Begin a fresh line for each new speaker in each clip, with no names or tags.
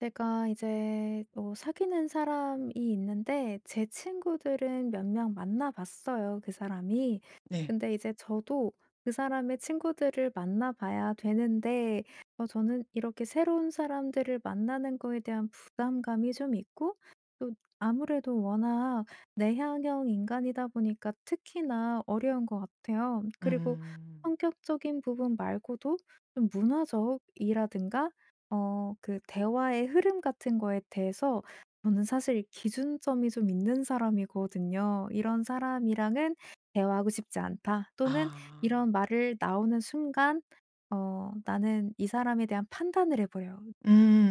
제가 이제 사귀는 사람이 있는데 제 친구들은 몇 명 만나 봤어요, 그 사람이.
네.
근데 이제 저도 그 사람의 친구들을 만나 봐야 되는데 저는 이렇게 새로운 사람들을 만나는 거에 대한 부담감이 좀 있고 또 아무래도 워낙 내향형 인간이다 보니까 특히나 어려운 것 같아요. 그리고
음.
성격적인 부분 말고도 좀 문화적이라든가 그 대화의 흐름 같은 거에 대해서 저는 사실 기준점이 좀 있는 사람이거든요. '이런 사람이랑은 대화하고 싶지 않다.' 또는
아.
'이런 말을 나오는 순간 나는 이 사람에 대한 판단을 해 버려요.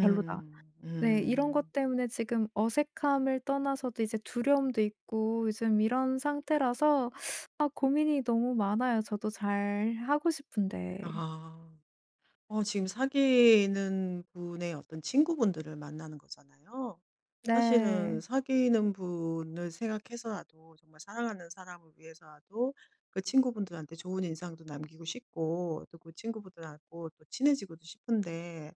별로다.' 네. 이런 것
음.
때문에 지금 어색함을 떠나서도 이제 두려움도 있고 요즘 이런 상태라서 아 고민이 너무 많아요. 저도 잘하고 싶은데.
아. 지금 사귀는 분의 어떤 친구분들을 만나는 거잖아요. 사실은
네.
사귀는 분을 생각해서라도 정말 사랑하는 사람을 위해서라도 그 친구분들한테 좋은 인상도 남기고 싶고 또 그 친구분들하고 또 친해지고도 싶은데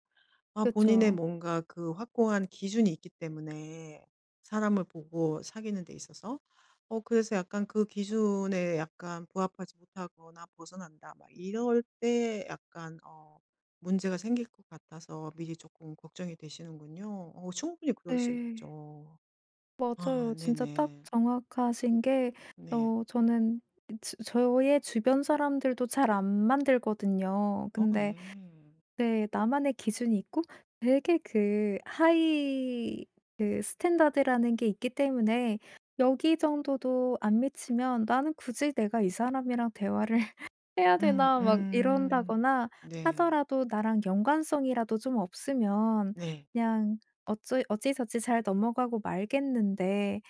아 본인의
그쵸.
뭔가 그 확고한 기준이 있기 때문에 사람을 보고 사귀는 데 있어서. 그래서 약간 그 기준에 약간 부합하지 못하거나 벗어난다 막 이럴 때 약간 문제가 생길 것 같아서 미리 조금 걱정이 되시는군요. 충분히 그럴 수
네.
있죠. 아
맞아요. 진짜 딱
네네.
정확하신 게
네.
저는 저의 주변 사람들도 잘 안 만들거든요.
어
근데
네.
네, 나만의 기준이 있고 되게 그 하이 그 스탠다드라는 게 있기 때문에 여기 정도도 안 미치면 '나는 굳이 내가 이 사람이랑 대화를 해야
음
되나?' 막
음.
이런다거나
네.
하더라도 나랑 연관성이라도 좀 없으면
네.
그냥 어찌저찌 잘 넘어가고 말겠는데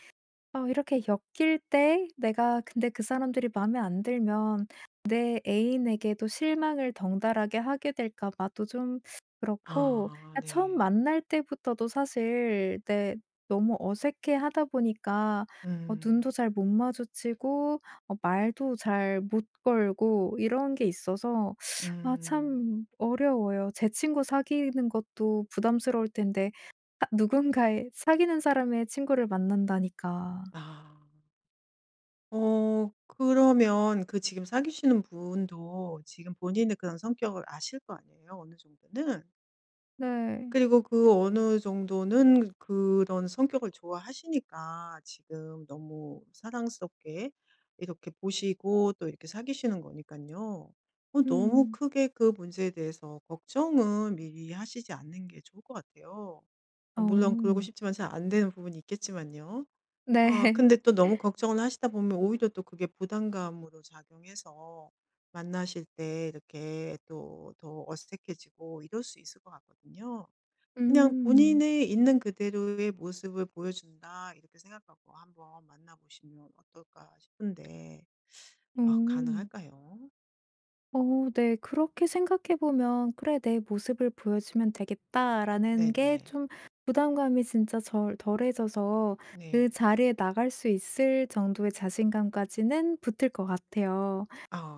이렇게 엮일 때 내가 근데 그 사람들이 마음에 안 들면 내 애인에게도 실망을 덩달아게 하게 될까 봐도 좀 그렇고
아
그냥 처음
네.
만날 때부터도 사실 내 너무 어색해하다 보니까 눈도
음.
잘 못 마주치고 말도 잘 못 걸고 이런 게 있어서 아
음.
참 어려워요. 제 친구 사귀는 것도 부담스러울 텐데 누군가의 사귀는 사람의 친구를 만난다니까.
아. 그러면 그 지금 사귀시는 분도 지금 본인의 그런 성격을 아실 거 아니에요, 어느 정도는.
네.
그리고 그 어느 정도는 그런 성격을 좋아하시니까 지금 너무 사랑스럽게 이렇게 보시고 또 이렇게 사귀시는 거니깐요. 너무
음.
크게 그 문제에 대해서 걱정은 미리 하시지 않는 게 좋을 것 같아요. 아 물론 그러고
어.
싶지만 잘 안 되는 부분이 있겠지만요. 아
네.
근데 또 너무 걱정을 하시다 보면 오히려 또 그게 부담감으로 작용해서 만나실 때 이렇게 또 더 어색해지고 이럴 수 있을 것 같거든요. 그냥
음.
본인의 있는 그대로의 모습을 보여준다 이렇게 생각하고 한번 만나보시면 어떨까 싶은데 아,
오,
가능할까요?
어 네. 그렇게 생각해 보면 '그래 내 모습을 보여주면 되겠다.'라는 게
네네.
좀 부담감이 진짜 절 덜해져서 그
네.
자리에 나갈 수 있을 정도의 자신감까지는 붙을 것 같아요.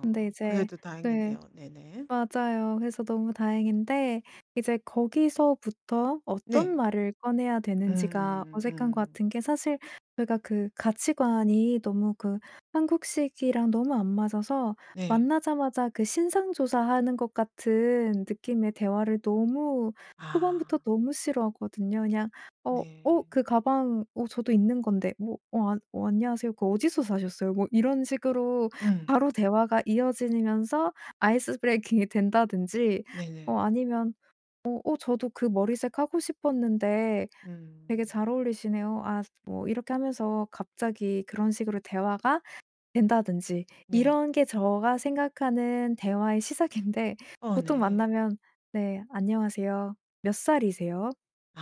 근데 이제
그래도
네.
다행이네요. 네네.
맞아요. 그래서 너무 다행인데 이제 거기서부터 어떤
네.
말을 꺼내야 되는지가
음,
어색한 것
음.
같은 게 사실 저희가 그 가치관이 너무 그 한국식이랑 너무 안 맞아서
네.
만나자마자 그 신상조사하는 것 같은 느낌의 대화를 너무 초반부터
아,
너무 싫어하거든요. 그냥
네.
그 가방 저도 있는 건데." 뭐 "어 안 어 안녕하세요. 그 어디서 사셨어요?" 뭐 이런 식으로
음.
바로 대화가 이어지면서 아이스 브레이킹이 된다든지
네네.
아니면 "어 저도 그 머리색 하고 싶었는데 되게
음.
잘 어울리시네요." 아 뭐 이렇게 하면서 갑자기 그런 식으로 대화가 된다든지
네.
이런 게 제가 생각하는 대화의 시작인데
어
보통
네.
만나면 "네. 안녕하세요. 몇 살이세요?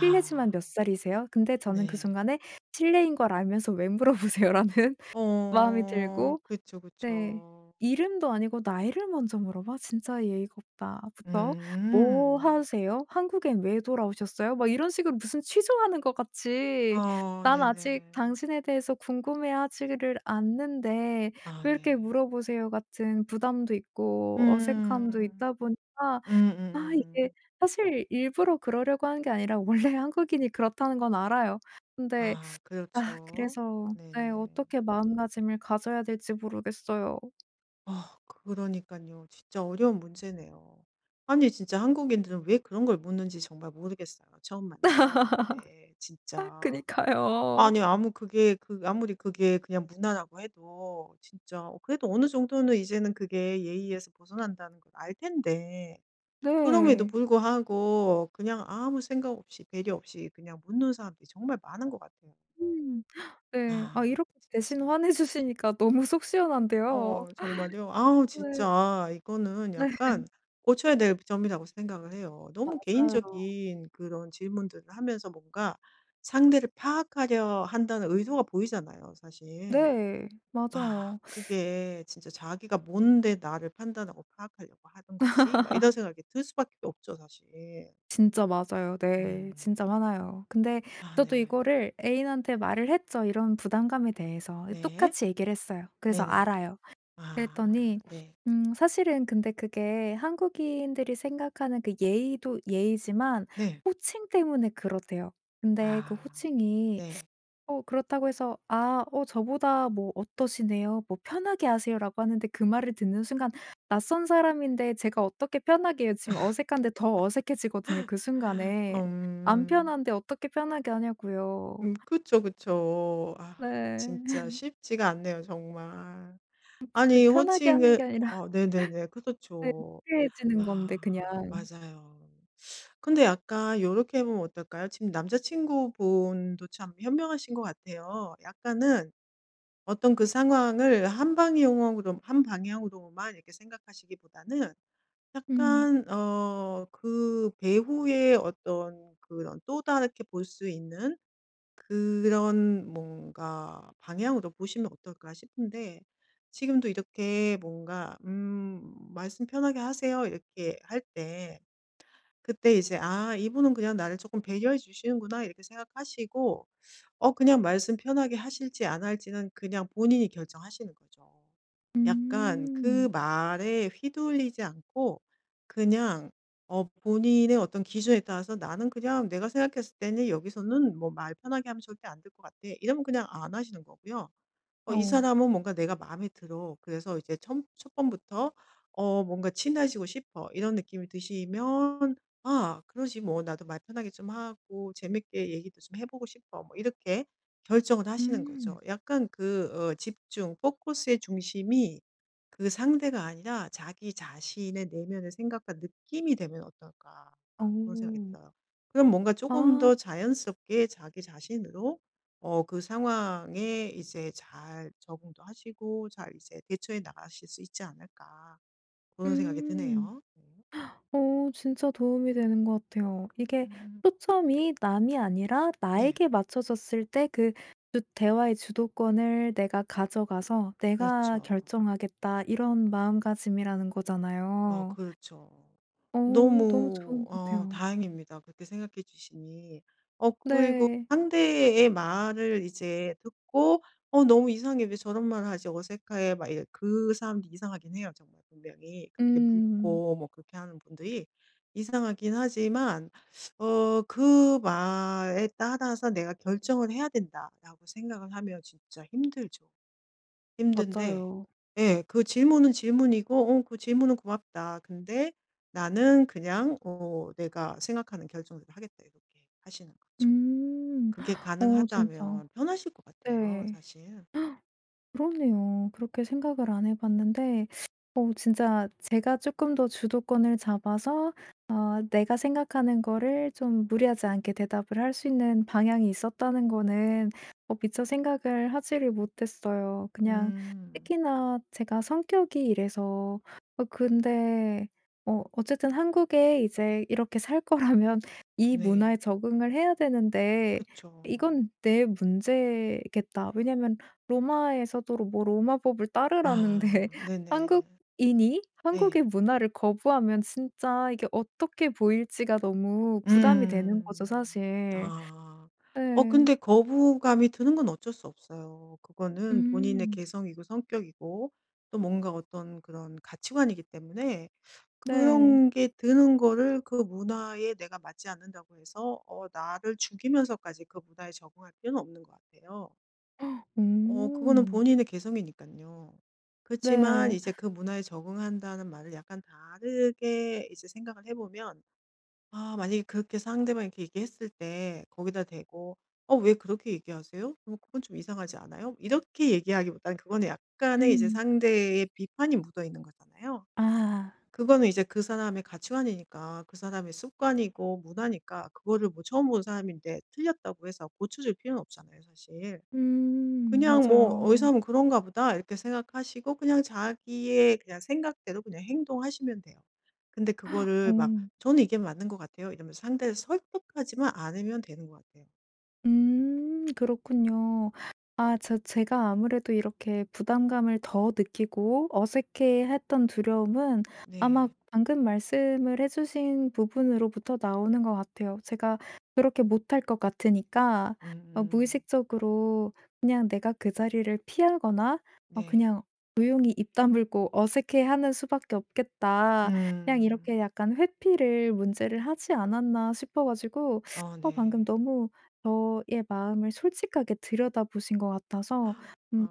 실례지만 몇 살이세요?" 근데 저는 그
네.
순간에 실례인 걸 알면서 "왜 물어보세요?"라는 마음이
어.
들고
그쵸,
네.
그쵸.
이름도 아니고 나이를 먼저 물어봐? 진짜 예의가 없다.부터 "뭐
음.
하세요? 한국엔 왜 돌아오셨어요?" 막 이런 식으로 무슨 취조하는 것 같이
어
"난 아직
네네.
당신에 대해서 궁금해하지를 않는데
아
왜 이렇게
네.
물어보세요?" 같은 부담도 있고
음.
어색함도 있다 보니까 아 이게
음음음.
사실 일부러 그러려고 하는 게 아니라 원래 한국인이 그렇다는 건 알아요. 근데
아
아
그렇죠.
그래서 네,
네네.
어떻게 마음가짐을 가져야 될지 모르겠어요.
아 그러니깐요. 진짜 어려운 문제네요. 아니 진짜 한국인들은 왜 그런 걸 묻는지 정말 모르겠어요, 처음 만난 사람한테
아
진짜.
그니까요.
아니 아무 그게 그 아무리 그게 그냥 무난하고 해도 진짜 어, 그래도 어느 정도는 이제는 그게 예의에서 벗어난다는 걸 알 텐데 그럼에도
네.
불구하고 그냥 아무 생각 없이 배려 없이 그냥 묻는 사람들이 정말 많은 것 같아요.
음. 네. 아
아
이렇게 대신
진짜
화내 주시니까 너무 속 시원한데요.
정말요. 아우
네.
진짜 이거는
네.
약간 고쳐야 될 점이라고 생각을 해요. 너무
맞아요.
개인적인 그런 질문들을 하면서 뭔가 상대를 파악하려 한다는 의도가 보이잖아요, 사실.
네.
'아
맞아요.
그게 진짜 자기가 뭔데 나를 판단하고 파악하려고 하는 거지?' 막 이런 생각이 들 수밖에 없죠 사실.
진짜 맞아요. 네. 진짜
음.
화나요. 근데
아
저도
네.
이거를 애인한테 말을 했죠. 이런 부담감에 대해서.
네.
똑같이 얘기를 했어요. 그래서
네네.
알아요.
아
그랬더니
네.
사실은 근데 그게 한국인들이 생각하는 그 예의도 예의지만
네.
호칭 때문에 그렇대요. 근데 그
아
호칭이
네.
그렇다고 해서 저보다 뭐 어떠시네요. 뭐 편하게 하세요."라고 하는데 그 말을 듣는 순간 낯선 사람인데 제가 어떻게 편하게 해요. 지금 어색한데 더 어색해지거든요 그 순간에. 안
음.
편한데 어떻게 편하게 하냐고요.
그쵸, 그쵸. 아
네.
진짜 쉽지가 않네요 정말.
그
아니
편하게 하는 게
호칭을
아니라
어 네네네.
네,
그렇죠.
무례해지는 건데 그냥.
아 맞아요. 근데 약간 요렇게 해 보면 어떨까요? 지금 남자친구분도 참 현명하신 것 같아요. 약간은 어떤 그 상황을 한방향으로 한 방향으로만 이렇게 생각하시기보다는
음.
약간 그 배우의 어떤 그런 또 다르게 볼 수 있는 그런 뭔가 방향으로 보시면 어떨까 싶은데 지금도 이렇게 뭔가 "말씀 편하게 하세요." 이렇게 할때 그때 이제 '아 이분은 그냥 나를 조금 배려해 주시는구나.' 이렇게 생각하시고 그냥 말씀 편하게 하실지 안 할지는 그냥 본인이 결정하시는 거죠. 약간 그
음.
말에 휘둘리지 않고 그냥 본인의 어떤 기준에 따라서 '나는 그냥 내가 생각했을 때는 여기서는 뭐 말 편하게 하면 절대 안 될 것 같아.' 이러면 그냥 안 하시는 거고요. 이
어.
사람은 뭔가 내가 마음에 들어. 그래서 이제 첫 번부터 뭔가 친해지고 싶어. 이런 느낌이 드시면 '아 그러지 뭐. 나도 말 편하게 좀 하고 재밌게 얘기도 좀 해 보고 싶어.' 뭐 이렇게 결정을 하시는
음.
거죠. 약간 그 집중, 포커스의 중심이 그 상대가 아니라 자기 자신의 내면의 생각과 느낌이 되면 어떨까 그런 생각이
어.
들어요. 그럼 뭔가 조금
아.
더 자연스럽게 자기 자신으로 그 상황에 이제 잘 적응도 하시고 잘 이제 대처해 나가실 수 있지 않을까 그런 생각이
음.
드네요. 네.
어 진짜 도움이 되는 것 같아요. 이게
음.
초점이 남이 아니라
네.
나에게 맞춰졌을 때 그 대화의 주도권을 내가 가져가서 '내가
그렇죠.
결정하겠다.' 이런 마음가짐이라는
아
거잖아요.
그렇죠.
어 너무 좋은
너무
것 같아요.
다행입니다. 그렇게 생각해 주시니. 그리고
네.
상대의 말을 이제 듣고 '어 너무 이상해. 왜 저런 말을 하지? 어색해.' 막 이래 그 사람이 이상하긴 해요 정말 분명히. 그렇게
음,
묻고 뭐 그렇게 하는 분들이 이상하긴 하지만 '그 말에 따라서 내가 결정을 해야 된다.'라고 생각을 하면 진짜 힘들죠. 힘든데
맞아요.
예 그 질문은 질문이고 그 질문은 고맙다. 근데 나는 그냥 '내가 생각하는 결정을 하겠다.' 이렇게 하시는 거죠.
음.
그게
어 진짜.
가능하다면 편하실 것 같아요
네.
사실.
그러네요. 그렇게 생각을 안 해 봤는데 진짜 제가 조금 더 주도권을 잡아서 내가 생각하는 거를 좀 무리하지 않게 대답을 할 수 있는 방향이 있었다는 거는 미처 생각을 하지를 못했어요. 그냥
음.
특히나 제가 성격이 이래서 어 근데 어쨌든 한국에 이제 이렇게 살 거라면 이 문화에
네.
적응을 해야 되는데
그쵸.
'이건 내 문제겠다.' 왜냐면 로마에서도 로 뭐 로마법을 따르라는데
아 네네.
한국인이
네.
한국의 문화를 거부하면 진짜 이게 어떻게 보일지가 너무 부담이 되는 거죠
음.
사실.
아.
네.
근데 거부감이 드는 건 어쩔 수 없어요. 그거는 본인의
음.
개성이고 성격이고 또 뭔가 어떤 그런 가치관이기 때문에
네.
그런 게 드는 거를 그 문화에 내가 맞지 않는다고 해서 나를 죽이면서까지 그 문화에 적응할 필요는 없는 것 같아요. 그거는
음.
본인의 개성이니까요 그렇지만
네.
이제 그 문화에 적응한다는 말을 약간 다르게 이제 생각을 해 보면 아 만약에 그렇게 상대방이 이렇게 얘기했을 때 거기다 대고 "어 왜 그렇게 얘기하세요? 그럼 그건 좀 이상하지 않아요?" 이렇게 얘기하기보다는 그거는 약간의 이제
음.
상대의 비판이 묻어 있는 거잖아요.
아.
그거는 이제 그 사람의 가치관이니까 그 사람의 습관이고 문화니까 그거를 뭐 처음 본 사람인데 틀렸다고 해서 고쳐 줄 필요는 없잖아요 사실.
음.
그냥 뭐 '어디서
맞아요.
하면 그런가 보다.' 이렇게 생각하시고 그냥 자기의 그냥 생각대로 그냥 행동하시면 돼요. 근데 그거를 막
음
"저는 이게 맞는 것 같아요." 이러면서 상대를 설득하지만 않으면 되는 것 같아요.
그렇군요. 아 저 제가 아무래도 이렇게 부담감을 더 느끼고 어색해했던 두려움은 아마
네.
방금 말씀을 해 주신 부분으로부터 나오는 것 같아요. 제가 그렇게 못할 것 같으니까
음음.
무의식적으로 그냥 내가 그 자리를 피하거나
네.
그냥 '조용히 입 다물고 어색해하는 수밖에 없겠다.' 그냥
음.
이렇게 약간 회피를 문제를 하지 않았나 싶어 가지고
어
방금
네.
너무 저의 마음을 솔직하게 들여다보신 것 같아서 음
아.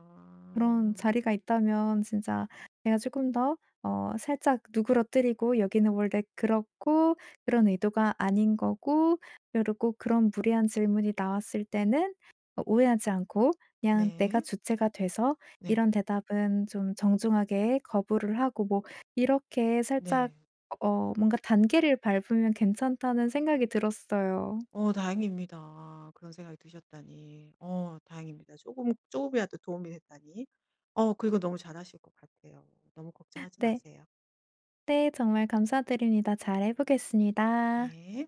그런 자리가 있다면 진짜 제가 조금 더 살짝 누그러뜨리고 "여기는 원래 그렇고 그런 의도가 아닌 거고 그리고 그런 무리한 질문이 나왔을 때는 오해하지 않고 그냥 내가
네.
주체가 돼서
네.
이런 대답은 좀 정중하게 거부를 하고." 뭐 이렇게 살짝
네.
뭔가 단계를 밟으면 괜찮다는 생각이 들었어요.
어 다행입니다. 아, 그런 생각이 드셨다니. 어 다행입니다. 조금 조금이라도 도움이 됐다니. 그리고 너무 잘하실 것 같아요. 너무 걱정하지
네.
마세요.
네. 정말 감사드립니다. 잘 해 보겠습니다.
네.